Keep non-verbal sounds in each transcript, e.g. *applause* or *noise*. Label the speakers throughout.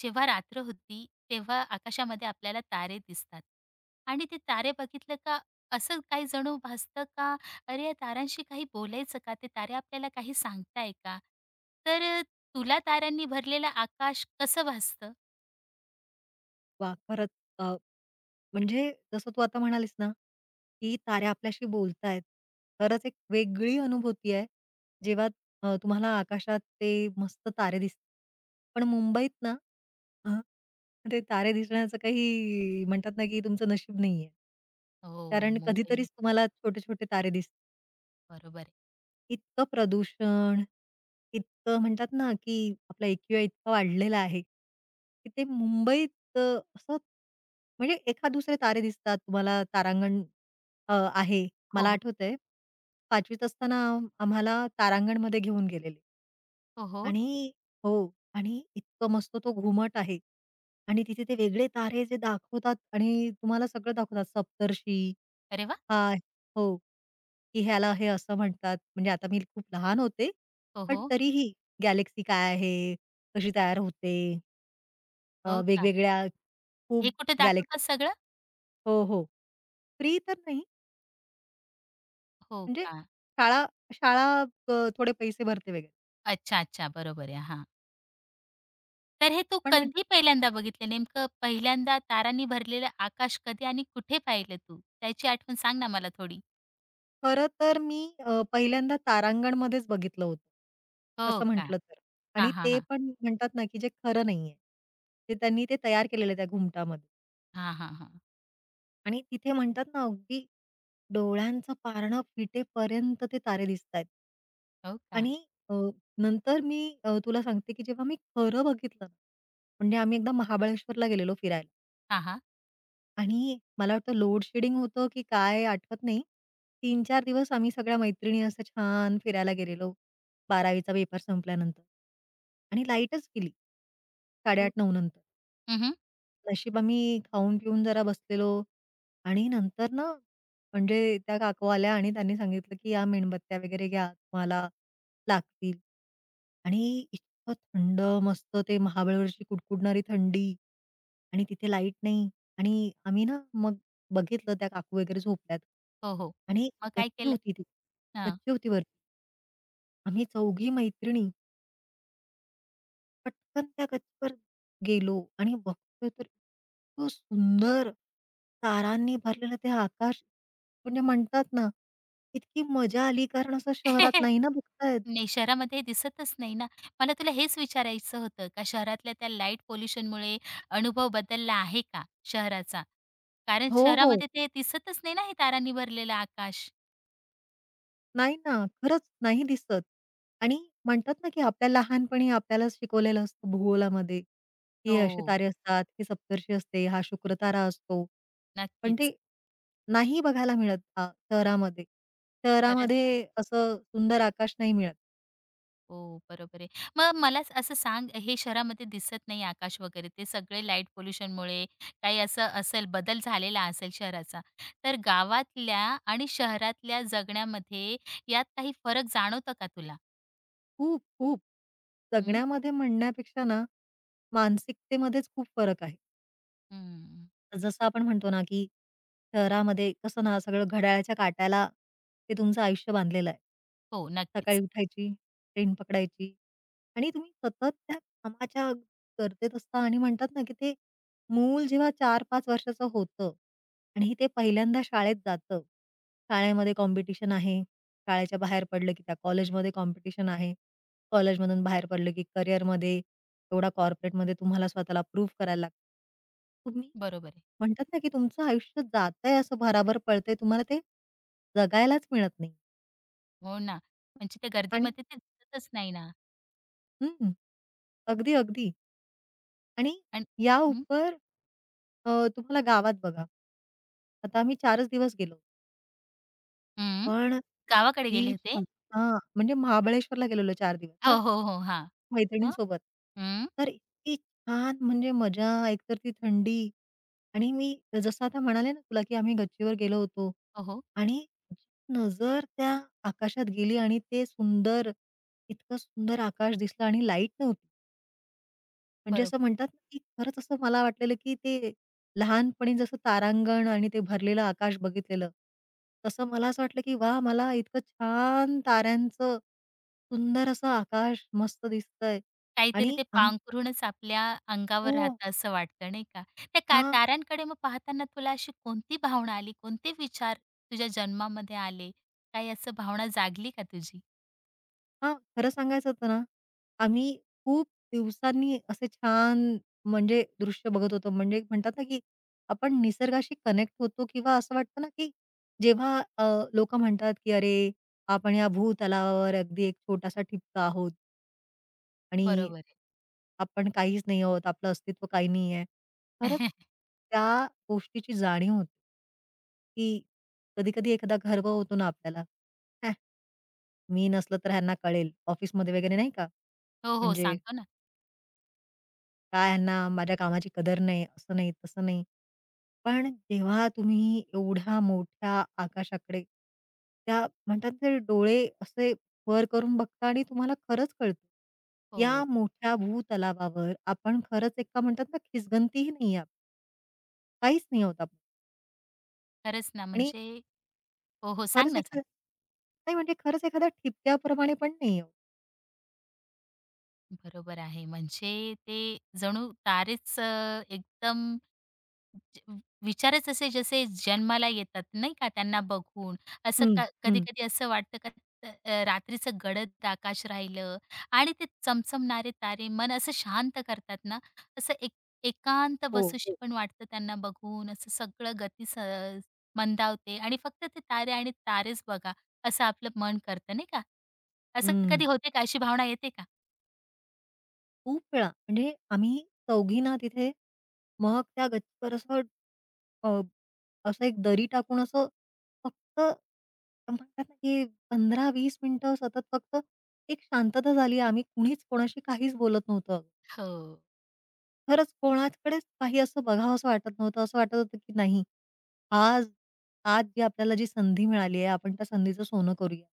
Speaker 1: जेव्हा रात्र होती, तेव्हा आकाशामध्ये आपल्याला तारे दिसतात आणि ते तारे बघितलं का असं काही जणू भासतं का, "अरे, या ताऱ्यांशी काही बोलायचं का? ते तारे आपल्याला काही सांगताय का?" तर तुला ताऱ्यांनी भरलेलं आकाश कसं भासतं?
Speaker 2: वाह! खरंच अ, म्हणजे जसं तू आता म्हणालीस ना, की तारे आपल्याशी बोलतायत. खरंच एक वेगळी अनुभूती आहे, जेव्हा तुम्हाला आकाशात ते मस्त तारे दिसतात. पण मुंबईत ना, अ, ते तारे दिसण्याचं काही म्हणतात ना, की तुमचं नशीब नाहीये.
Speaker 1: हो,
Speaker 2: कारण कधीतरीच
Speaker 1: मुंबईमध्ये.
Speaker 2: तुम्हाला छोटे-छोटे तारे दिसतात.
Speaker 1: बरोबर आहे.
Speaker 2: इतकं प्रदूषण, इतकं म्हणतात ना, की आपला एक्यू इतका वाढलेला आहे, की ते मुंबईत असं म्हणजे एखाद-दुसरे तारे दिसतात. तुम्हाला तारांगण आहे.
Speaker 1: हो,
Speaker 2: मला
Speaker 1: हो.
Speaker 2: आठवतंय 5वीत असताना आम्हाला तारांगणमध्ये घेऊन गेलेले.
Speaker 1: हो, हो.
Speaker 2: आणि हो. आणि इतकं मस्त तो घुमट आहे आणि तिथे ते वेगळे तारे जे दाखवतात आणि तुम्हाला सगळं दाखवतात. सप्तर्षी,
Speaker 1: अरे वाह!
Speaker 2: हा, हो, की ह्याला हे असं म्हणतात. म्हणजे आता मी खूप लहान होते,
Speaker 1: हो,
Speaker 2: पण
Speaker 1: हो.
Speaker 2: तरीही गॅलेक्सी काय आहे? कशी तयार होते?
Speaker 1: हो का?
Speaker 2: वेगवेगळ्या
Speaker 1: हे
Speaker 2: खूप
Speaker 1: कुठे
Speaker 2: गॅलेक्सी.
Speaker 1: दाखवतात सगळं?
Speaker 2: हो, हो. फ्री तर नाही
Speaker 1: हो
Speaker 2: म्हणजे
Speaker 1: का?
Speaker 2: शाळा शाळा थोडे पैसे भरते वगैरे.
Speaker 1: अच्छा, अच्छा. बरोबर आहे. हां. तर हे तू
Speaker 2: पण म्हणजे
Speaker 1: कधी पहिल्यांदा बघितलं? नेमकं पहिल्यांदा तारांनी भरलेलं आकाश कधी आणि कुठे पाहिलं तू? त्याची आठवण सांग ना मला थोडी.
Speaker 2: खरं तर मी पहिल्यांदा तारांगणमध्येच बघितलं होतं.
Speaker 1: हो
Speaker 2: तसं
Speaker 1: का?
Speaker 2: म्हटलं तर आणि
Speaker 1: हां, हां,
Speaker 2: ते
Speaker 1: हां.
Speaker 2: पण म्हणतात ना, की जे खरं नाहीये. ते त्यांनी ते तयार केलेलं आहे त्या घुमटामध्ये
Speaker 1: हां, हां, हां.
Speaker 2: आणि तिथे म्हणतात ना, अगदी डोळ्यांचं पारणं फिटेपर्यंत ते तारे दिसतायत.
Speaker 1: हो का?
Speaker 2: आणि अ, नंतर मी तुला सांगते, की जेव्हा मी खरं बघितलं ना, म्हणजे आम्ही एकदा महाबळेश्वरला गेलेलो फिरायला.
Speaker 1: हां, हां.
Speaker 2: आणि मला वाटतं लोड शेडिंग होतं की काय आठवत नाही. 3-4 दिवस आम्ही सगळ्या मैत्रिणी असं छान फिरायला गेलेलो 12वीचा पेपर संपल्यानंतर. आणि लाईटच गेली
Speaker 1: हो.
Speaker 2: 8:30-9 नंतर.
Speaker 1: हं,
Speaker 2: नशीब आम्ही खाऊन-पिऊन जरा बसलेलो आणि नंतर ना म्हणजे त्या काकू आल्या आणि त्यांनी सांगितलं की "या मेणबत्त्या वगैरे घ्या तुम्हाला लागतील." आणि इतकं थंड मस्त ते महाबळेवरची कुडकुडणारी थंडी आणि तिथे लाईट नाही आणि आम्ही ना मग बघितलं त्या काकू वगैरे झोपल्यात
Speaker 1: हो, हो.
Speaker 2: आणि
Speaker 1: मग काय
Speaker 2: गच्ची
Speaker 1: केलं?
Speaker 2: होती ती.
Speaker 1: हां.
Speaker 2: गच्ची होती वरती. आम्ही चौघी मैत्रिणी पटकन त्या गच्चीवर गेलो आणि बघतोय तर इतकं सुंदर तारांनी भरलेलं ते आकाश. म्हणजे म्हणतात ना, इतकी मजा आली कारण असं शहरात
Speaker 1: *laughs*
Speaker 2: नाही ना बघतायत.
Speaker 1: नाही, शहरामध्ये हे दिसतच नाही ना. मला तुला हेच विचारायचं होतं का शहरातल्या त्या लाईट पोल्युशनमुळे अनुभव बदलला आहे का शहराचा? कारण
Speaker 2: हो, हो.
Speaker 1: शहरामध्ये ते दिसतच नाही ना हे तारांनी भरलेलं आकाश.
Speaker 2: नाही ना, खरंच नाही दिसत. आणि म्हणतात ना, की आपल्या लहानपणी आपल्याला शिकवलेलं असतं भूगोलामध्ये, की असे
Speaker 1: हो,
Speaker 2: तारे असतात, ही सप्तर्षी असते, हा शुक्र तारा असतो. पण ते
Speaker 1: नक्कीच.
Speaker 2: नाही बघायला मिळत शहरामध्ये.
Speaker 1: खरंच
Speaker 2: शहरामध्ये असं सुंदर आकाश नाही मिळत.
Speaker 1: हो, बरोबर आहे. मग मला असं सांग, हे शहरामध्ये दिसत नाही आकाश वगैरे, ते सगळे लाईट पोल्युशनमुळे काही असं असेल, बदल झालेला असेल शहराचा. तर गावातल्या आणि शहरातल्या जगण्यामध्ये यात काही फरक जाणवतो का तुला?
Speaker 2: खूप, खूप
Speaker 1: हं,
Speaker 2: जगण्यामध्ये म्हणण्यापेक्षा ना, मानसिकतेमध्येच खूप फरक आहे.
Speaker 1: हं.
Speaker 2: जसं आपण म्हणतो ना, की शहरामध्ये कसं ना, सगळं घड्याळाच्या काट्याला ते तुमचं आयुष्य बांधलेलं आहे.
Speaker 1: हो,
Speaker 2: सकाळी
Speaker 1: नक्कीच.
Speaker 2: उठायची, ट्रेन पकडायची आणि तुम्ही सतत त्या कामाच्या गर्दीत असता आणि म्हणतात ना, की ते मूल जेव्हा चार 5 वर्षाचं होतं आणि ते पहिल्यांदा शाळेत जातं. शाळेमध्ये कॉम्पिटिशन आहे. शाळेच्या बाहेर पडलं, की त्या कॉलेजमध्ये कॉम्पिटिशन आहे. कॉलेजमधून बाहेर पडलं, की करिअरमध्ये, एवढा कॉर्पोरेटमध्ये तुम्हाला स्वतःला प्रूव्ह करायला लागतं. तुम्ही
Speaker 1: बरोबर आहे.
Speaker 2: म्हणतात ना, की तुमचं आयुष्य जातंय असं भराभर पळतंय. तुम्हाला ते जगायलाच मिळत नाही.
Speaker 1: हो ना. म्हणजे त्या
Speaker 2: आणि
Speaker 1: गर्दीमध्ये ते दिसतच नाही ना.
Speaker 2: हं, अगदी, अगदी. आणि
Speaker 1: आणि
Speaker 2: या
Speaker 1: हं,
Speaker 2: उपर तुम्हाला गावात बघा. आता आम्ही 4च दिवस गेलो.
Speaker 1: हं.
Speaker 2: पण
Speaker 1: गावाकडे
Speaker 2: जी
Speaker 1: गेले होते?
Speaker 2: हां, म्हणजे महाबळेश्वरला गेलेलो 4 दिवस
Speaker 1: हो,
Speaker 2: ना.
Speaker 1: हो, हो. हां. मग?
Speaker 2: मैत्रिणींसोबत.
Speaker 1: हं.
Speaker 2: तर इतकी छान म्हणजे मजा, एकतर ती थंडी आणि मी जसं आता म्हणाले ना तुला, की आम्ही गच्चीवर गेलो होतो
Speaker 1: हो, हो.
Speaker 2: आणि नजर त्या आकाशात गेली आणि ते सुंदर, इतकं सुंदर आकाश दिसलं आणि लाईट नव्हती. म्हणजे असं
Speaker 1: बरोबर.
Speaker 2: म्हणतात ना, की खरंच असं मला वाटलेलं, की ते लहानपणी जसं तारांगण आणि ते भरलेलं आकाश बघितलेलं, तसं मला असं वाटलं, की वा मला इतकं छान ताऱ्यांचं सुंदर असं आकाश मस्त दिसतंय
Speaker 1: काहीतरी
Speaker 2: आणि
Speaker 1: ते
Speaker 2: आम्ही
Speaker 1: पांघरूणच आपल्या
Speaker 2: हो.
Speaker 1: अंगावर राहतं असं वाटतं नाही का? त्या का
Speaker 2: हां.
Speaker 1: ताऱ्यांकडे मग पाहताना तुला अशी कोणती भावना आली, कोणते विचार तुझ्या जन्मामध्ये आले? काही असं भावना जागली का तुझी?
Speaker 2: हां, खरं सांगायचं होतं ना, आम्ही खूप दिवसांनी असे छान म्हणजे दृश्य बघत होतो. म्हणजे एक म्हणतात ना, की आपण निसर्गाशी कनेक्ट होतो किंवा असं वाटतं ना, की जेव्हा लोकं म्हणतात, की "अरे, आपण या भूतलावर अगदी एक छोटासा ठिपका आहोत आणि
Speaker 1: बरोबर आहे.
Speaker 2: आपण काहीच नाही आहोत, आपलं अस्तित्व काही नाही आहे." खरंच
Speaker 1: *laughs*
Speaker 2: त्या गोष्टीची जाणीव होते. की कधी-कधी एखादा गर्व होतो ना आपल्याला. *laughs* मी नसलं तर ह्यांना कळेल ऑफिसमध्ये वगैरे नाही का?
Speaker 1: हो, हो.
Speaker 2: म्हणजे
Speaker 1: सांगतो ना.
Speaker 2: काय ह्यांना माझ्या कामाची कदर नाही, असं नाही, तसं नाही. पण जेव्हा तुम्ही एवढ्या मोठ्या आकाशाकडे त्या म्हणतात ते डोळे असे वर करून बघता आणि तुम्हाला खरंच कळतं. या
Speaker 1: हो.
Speaker 2: मोठ्या भूतलावावर आपण खरंच एक का म्हणतात ना खिसगंतीही नाही आहोत. काहीच नाही आहोत आपण
Speaker 1: खरंच ना
Speaker 2: आणि
Speaker 1: म्हणजे हो, हो. सांग
Speaker 2: खरंच
Speaker 1: ना, सांग.
Speaker 2: एखाद्या नाही म्हणजे खरंच एखाद्या ठिपक्याप्रमाणे पण नाही आहोत.
Speaker 1: बरोबर आहे. म्हणजे ते जणू तारेच एकदम ज विचारच असे जसे जन्माला येतात नाही का त्यांना बघून. असं
Speaker 2: हं, हं.
Speaker 1: कधी-कधी असं वाटतं का रात्रीचं गडद आकाश राहिलं आणि ते चमचमणारे तारे मन असं शांत करतात ना, असं एक एकांत
Speaker 2: हो,
Speaker 1: बसूशी
Speaker 2: हो.
Speaker 1: पण वाटतं त्यांना बघून. असं सगळं गती मंदावते आणि फक्त ते तारे आणि तारेच बघा, असं आपलं मन करतं नाही का? असं
Speaker 2: हं.
Speaker 1: कधी होते का? अशी भावना येते का?
Speaker 2: खूप वेळा. म्हणजे आम्ही चौघी ना तिथे मग त्या गच्चीवर असं अ, असं एक दरी टाकून असं फक्त म्हणतात ना, की 15-20 मिनिटं सतत फक्त एक शांतता झाली. आम्ही कुणीच कोणाशी काहीच बोलत नव्हतं.
Speaker 1: हो,
Speaker 2: खरंच कोणाकडेच काही असं बघावसं वाटत नव्हतं. असं वाटत होतं, की नाही आज आज जी आपल्याला जी संधी मिळाली आहे, आपण त्या संधीचं सोनं करूया.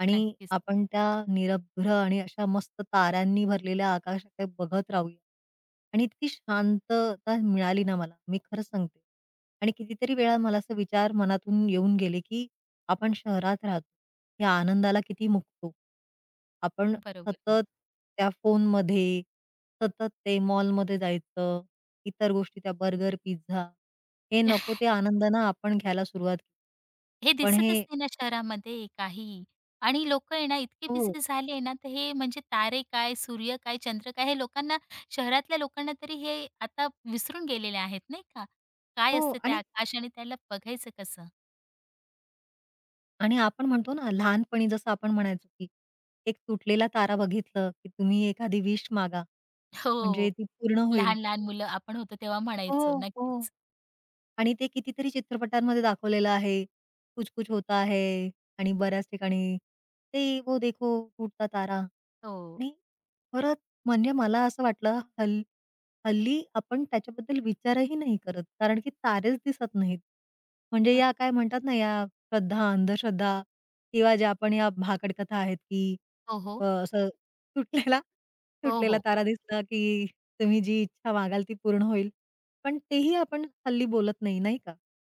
Speaker 2: आणि
Speaker 1: नक्कीच.
Speaker 2: आपण त्या निरभ्र आणि अशा मस्त ताऱ्यांनी भरलेल्या आकाशाकडे बघत राहूया. आणि इतकी शांतता मिळाली ना मला, मी खरंच सांगते. आणि कितीतरी वेळा मला असे विचार मनातून येऊन गेले, की आपण शहरात राहतो. या आनंदाला किती मुकतो. आपण
Speaker 1: बरोबर ना.
Speaker 2: सतत त्या फोनमध्ये, सतत ते मॉलमध्ये जायचं, इतर गोष्टी त्या बर्गर, पिझ्झा हे नको ते आनंदानं आपण घ्यायला सुरुवात केली.
Speaker 1: हे
Speaker 2: पण
Speaker 1: दिसतच
Speaker 2: हे
Speaker 1: नाही ना शहरामध्ये काही. आणि लोकं आहे ना इतके
Speaker 2: हो,
Speaker 1: बिझी झाले आहे ना, तर हे म्हणजे तारे काय, सूर्य काय, चंद्र काय, हे लोकांना शहरातल्या लोकांना तरी हे आता विसरून गेलेले आहेत नाही का?
Speaker 2: हो
Speaker 1: काय असतं ते
Speaker 2: आणि
Speaker 1: आकाश आणि त्याला बघायचं कसं?
Speaker 2: आणि आपण म्हणतो ना लहानपणी जसं आपण म्हणायचो, की एक तुटलेला तारा बघितलं, की तुम्ही एखादी विश मागा,
Speaker 1: हो.
Speaker 2: म्हणजे ती पूर्ण होईल.
Speaker 1: लहान-लहान मुलं आपण होतो तेव्हा म्हणायचो.
Speaker 2: हो, हो.
Speaker 1: नक्कीच.
Speaker 2: आणि ते कितीतरी चित्रपटांमध्ये दाखवलेलं आहे. कुछ कुछ होता है आणि बऱ्याच ठिकाणी ते वो देखो टूटता तारा
Speaker 1: हो.
Speaker 2: आणि खरंच म्हणजे मला असं वाटलं हल्ली आपण त्याच्याबद्दल विचारही नाही करत. कारण की तारेच दिसत नाहीत. म्हणजे
Speaker 1: बरो
Speaker 2: या काय म्हणतात ना या श्रद्धा, अंधश्रद्धा किंवा ज्या आपण या भाकड कथा आहेत की
Speaker 1: हो, हो.
Speaker 2: असं तुटलेला
Speaker 1: हो,
Speaker 2: तुटलेला
Speaker 1: हो.
Speaker 2: तारा दिसला की तुम्ही जी इच्छा मागाल ती पूर्ण होईल. पण तेही आपण हल्ली बोलत नाही, नाही का?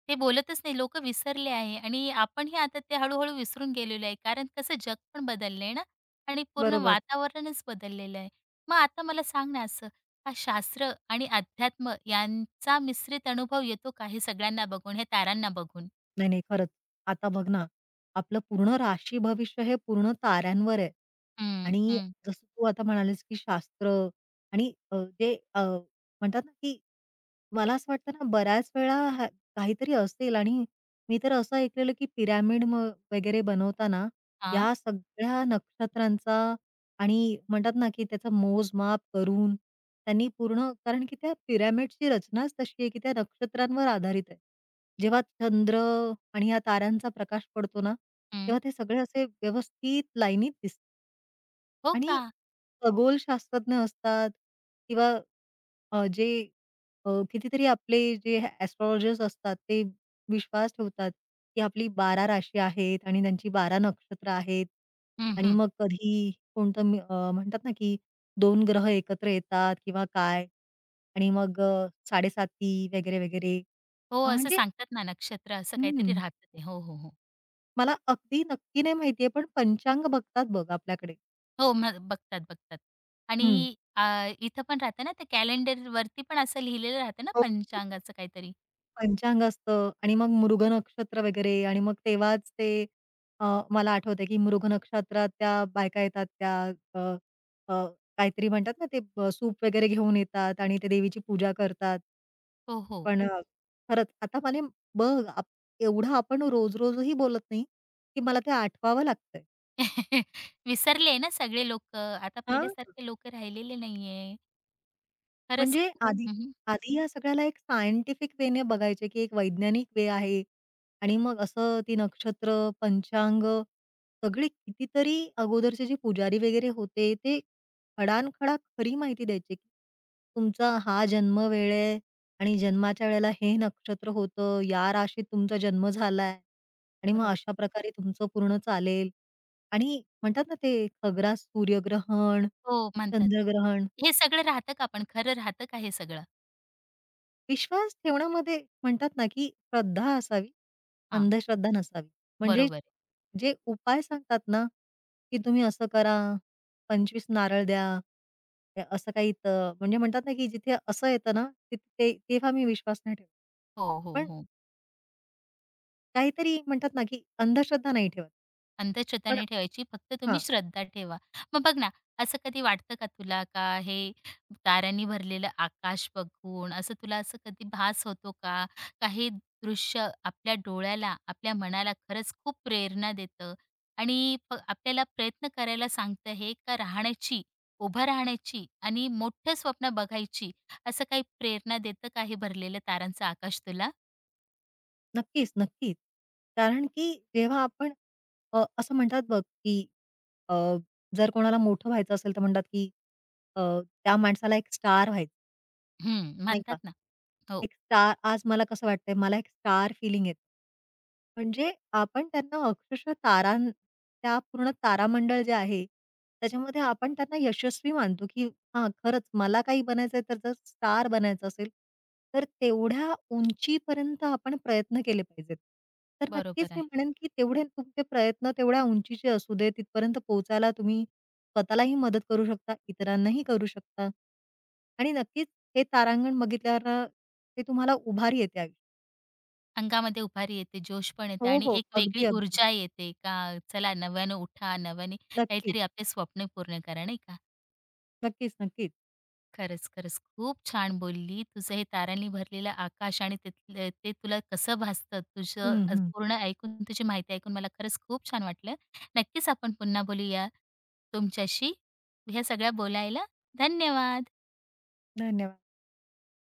Speaker 1: ते बोलतच नाही. लोक विसरले आहे आणि आपणही आता ते हळू-हळू विसरून गेलेलो आहे. कारण कसं जग पण बदललंय ना आणि पूर्ण
Speaker 2: बरोबर.
Speaker 1: वातावरणच बदललेलं आहे. मग आता मला सांग ना असं, हा शास्त्र आणि अध्यात्म यांचा मिश्रित अनुभव येतो का हे सगळ्यांना बघून, हे तारांना बघून?
Speaker 2: नाही, नाही. खरंच. आता बघ ना, आपलं पूर्ण राशी भविष्य हे पूर्ण ताऱ्यांवर आहे.
Speaker 1: हं,
Speaker 2: आणि
Speaker 1: हं.
Speaker 2: जसं तू आता म्हणालीस, की शास्त्र आणि जे म्हणतात ना, की मला असं वाटतं ना, बऱ्याच वेळा हा काहीतरी असेल आणि मी तर असं ऐकलेलं, की पिरॅमिड वगैरे बनवताना
Speaker 1: हां,
Speaker 2: या सगळ्या नक्षत्रांचा आणि म्हणतात ना, की त्याचं मोजमाप करून त्यांनी पूर्ण कारण की त्या पिरॅमिडची रचनाच तशी आहे, की त्या नक्षत्रांवर आधारित आहे. जेव्हा चंद्र आणि या ताऱ्यांचा प्रकाश पडतो ना,
Speaker 1: हं.
Speaker 2: तेव्हा ते सगळे असे व्यवस्थित लाईनीत दिसतात.
Speaker 1: हो
Speaker 2: आणि
Speaker 1: का?
Speaker 2: खगोलशास्त्रज्ञ असतात किंवा जे कितीतरी आपले जे एस्ट्रोलॉजर्स असतात, ते विश्वास ठेवतात, की आपली 12 राशी आहेत आणि त्यांची 12 नक्षत्र आहेत.
Speaker 1: हं,
Speaker 2: आणि
Speaker 1: हं.
Speaker 2: मग कधी कोणतं मी म्हणतात ना, की 2 ग्रह एकत्र येतात किंवा काय आणि मग 7.5 वगैरे, वगैरे.
Speaker 1: हो, असं
Speaker 2: म्हणजे
Speaker 1: सांगतात ना नक्षत्र असं काहीतरी
Speaker 2: हं.
Speaker 1: राहतं ते. हो, हो, हो.
Speaker 2: मला अगदी नक्की नाही माहितीये, पण पंचांग बघतात बघ आपल्याकडे.
Speaker 1: हो, मग बघतात, बघतात.
Speaker 2: हं.
Speaker 1: आणि इथं पण राहतं ना ते कॅलेंडरवरती पण असं लिहिलेलं राहतं ना
Speaker 2: हो, हो.
Speaker 1: पंचांगाचं काहीतरी?
Speaker 2: पंचांग असतं आणि मग मृग नक्षत्र वगैरे आणि मग तेव्हाच ते अ, मला आठवतंय की मृग नक्षत्रात त्या बायका येतात त्या अ, अ, काहीतरी म्हणतात ना ते सूप वगैरे घेऊन येतात आणि ते देवीची पूजा करतात.
Speaker 1: हो, हो.
Speaker 2: पण खरंच आता मला बघ, एवढं आपण रोज-रोजही बोलत नाही, की मला ते आठवावं लागतंय.
Speaker 1: *laughs* विसरले ना सगळे लोक, आता
Speaker 2: हां.
Speaker 1: पहिल्यासारखे लोकं राहिलेले नाहीये. खरंच
Speaker 2: म्हणजे आधी
Speaker 1: हं, हं.
Speaker 2: आधी या सगळ्याला एक सायंटिफिक वेने बघायचे, की एक वैज्ञानिक वे आहे आणि मग असं ती नक्षत्र, पंचांग सगळी कितीतरी अगोदरचे जे पुजारी वगैरे होते, ते खडानखडा खरी माहिती द्यायचे, की तुमचा हा जन्म वेळ आहे आणि जन्माच्या वेळेला हे नक्षत्र होतं, या राशीत तुमचा जन्म झालाय आणि मग अशा
Speaker 1: बरोबर.
Speaker 2: प्रकारे तुमचं पूर्ण चालेल आणि म्हणतात ना ते खग्रास सूर्यग्रहण,
Speaker 1: हो, म्हणतात.
Speaker 2: चंद्रग्रहण
Speaker 1: हे सगळं राहतं का पण खरं राहतं का हे सगळं?
Speaker 2: विश्वास ठेवण्यामध्ये म्हणतात ना, की श्रद्धा असावी,
Speaker 1: हां,
Speaker 2: अंधश्रद्धा नसावी. म्हणजे
Speaker 1: बरोबर आहे.
Speaker 2: जे उपाय सांगतात ना, की तुम्ही असं करा, 25 नारळ द्या. हे असं काही म्हणजे म्हणतात ना, की जिथे असं येतं ना, तिथे ते- तेव्हा मी विश्वास नाही ठेवत.
Speaker 1: हो, हो,
Speaker 2: पण
Speaker 1: हो.
Speaker 2: काहीतरी म्हणतात ना, की अंधश्रद्धा नाही ठेवत.
Speaker 1: अंधश्रद्धा
Speaker 2: पण
Speaker 1: नाही ठेवायची, फक्त तुम्ही श्रद्धा ठेवा. मग बघ ना, असं कधी वाटतं का तुला का हे ताऱ्यांनी भरलेलं आकाश बघून असं तुला असं कधी भास होतो का? का हे दृश्य आपल्या डोळ्याला, आपल्या मनाला खरंच खूप प्रेरणा देतं आणि आपल्याला प्रयत्न करायला सांगतं हे का राहण्याची, उभं राहण्याची आणि मोठं स्वप्न बघायची, असं काही प्रेरणा देतं का हे भरलेलं तारांचं आकाश तुला?
Speaker 2: नक्कीच, नक्कीच. कारण की जेव्हा आपण असं म्हणतात बघ, की अ, जर कोणाला मोठं व्हायचं असेल, तर म्हणतात, की अ, त्या माणसाला एक स्टार व्हायचं.
Speaker 1: हं,
Speaker 2: नाही
Speaker 1: म्हणतात
Speaker 2: का?
Speaker 1: ना. हो,
Speaker 2: एक स्टार आज मला कसं वाटतंय, मला एक स्टार फीलिंग येतं. म्हणजे आपण त्यांना अक्षरशः त्या पूर्ण तारामंडळ जे आहे, त्याच्यामध्ये आपण त्यांना यशस्वी मानतो, की हां, खरंच मला काही बनायचंय तर जर स्टार बनायचं असेल, तर तेवढ्या उंचीपर्यंत आपण प्रयत्न केले पाहिजेत. तर नक्कीच
Speaker 1: बरोबर
Speaker 2: मी
Speaker 1: आहे.
Speaker 2: म्हणेन, की तेवढे तुमचे प्रयत्न तेवढ्या उंचीचे असू दे, तिथपर्यंत पोहोचायला तुम्ही स्वतःलाही मदत करू शकता, इतरांनाही करू शकता. आणि नक्कीच हे तारांगण बघितल्यावर ते तुम्हाला उभारी येते आयुष्यात.
Speaker 1: अंगामध्ये उभारी येते, जोश पण
Speaker 2: हो,
Speaker 1: येते आणि
Speaker 2: हो.
Speaker 1: एक
Speaker 2: अगदी,
Speaker 1: वेगळी
Speaker 2: अगदी.
Speaker 1: ऊर्जा येते का चला नव्यानं उठा, नव्याने
Speaker 2: नक्कीच,
Speaker 1: काहीतरी आपले स्वप्न पूर्ण करा, नाही का?
Speaker 2: नक्कीच, नक्कीच.
Speaker 1: खरंच, खरंच खूप छान बोलली. तुझं हे तारांनी भरलेलं आकाश आणि तिथलं ते तुला कसं भासतं तुझं
Speaker 2: हं, हं.
Speaker 1: पूर्ण ऐकून तुझी माहिती ऐकून मला खरंच खूप छान वाटलं. नक्कीच आपण पुन्हा बोलूया तुमच्याशी ह्या सगळ्या बोलायला. धन्यवाद.
Speaker 2: धन्यवाद.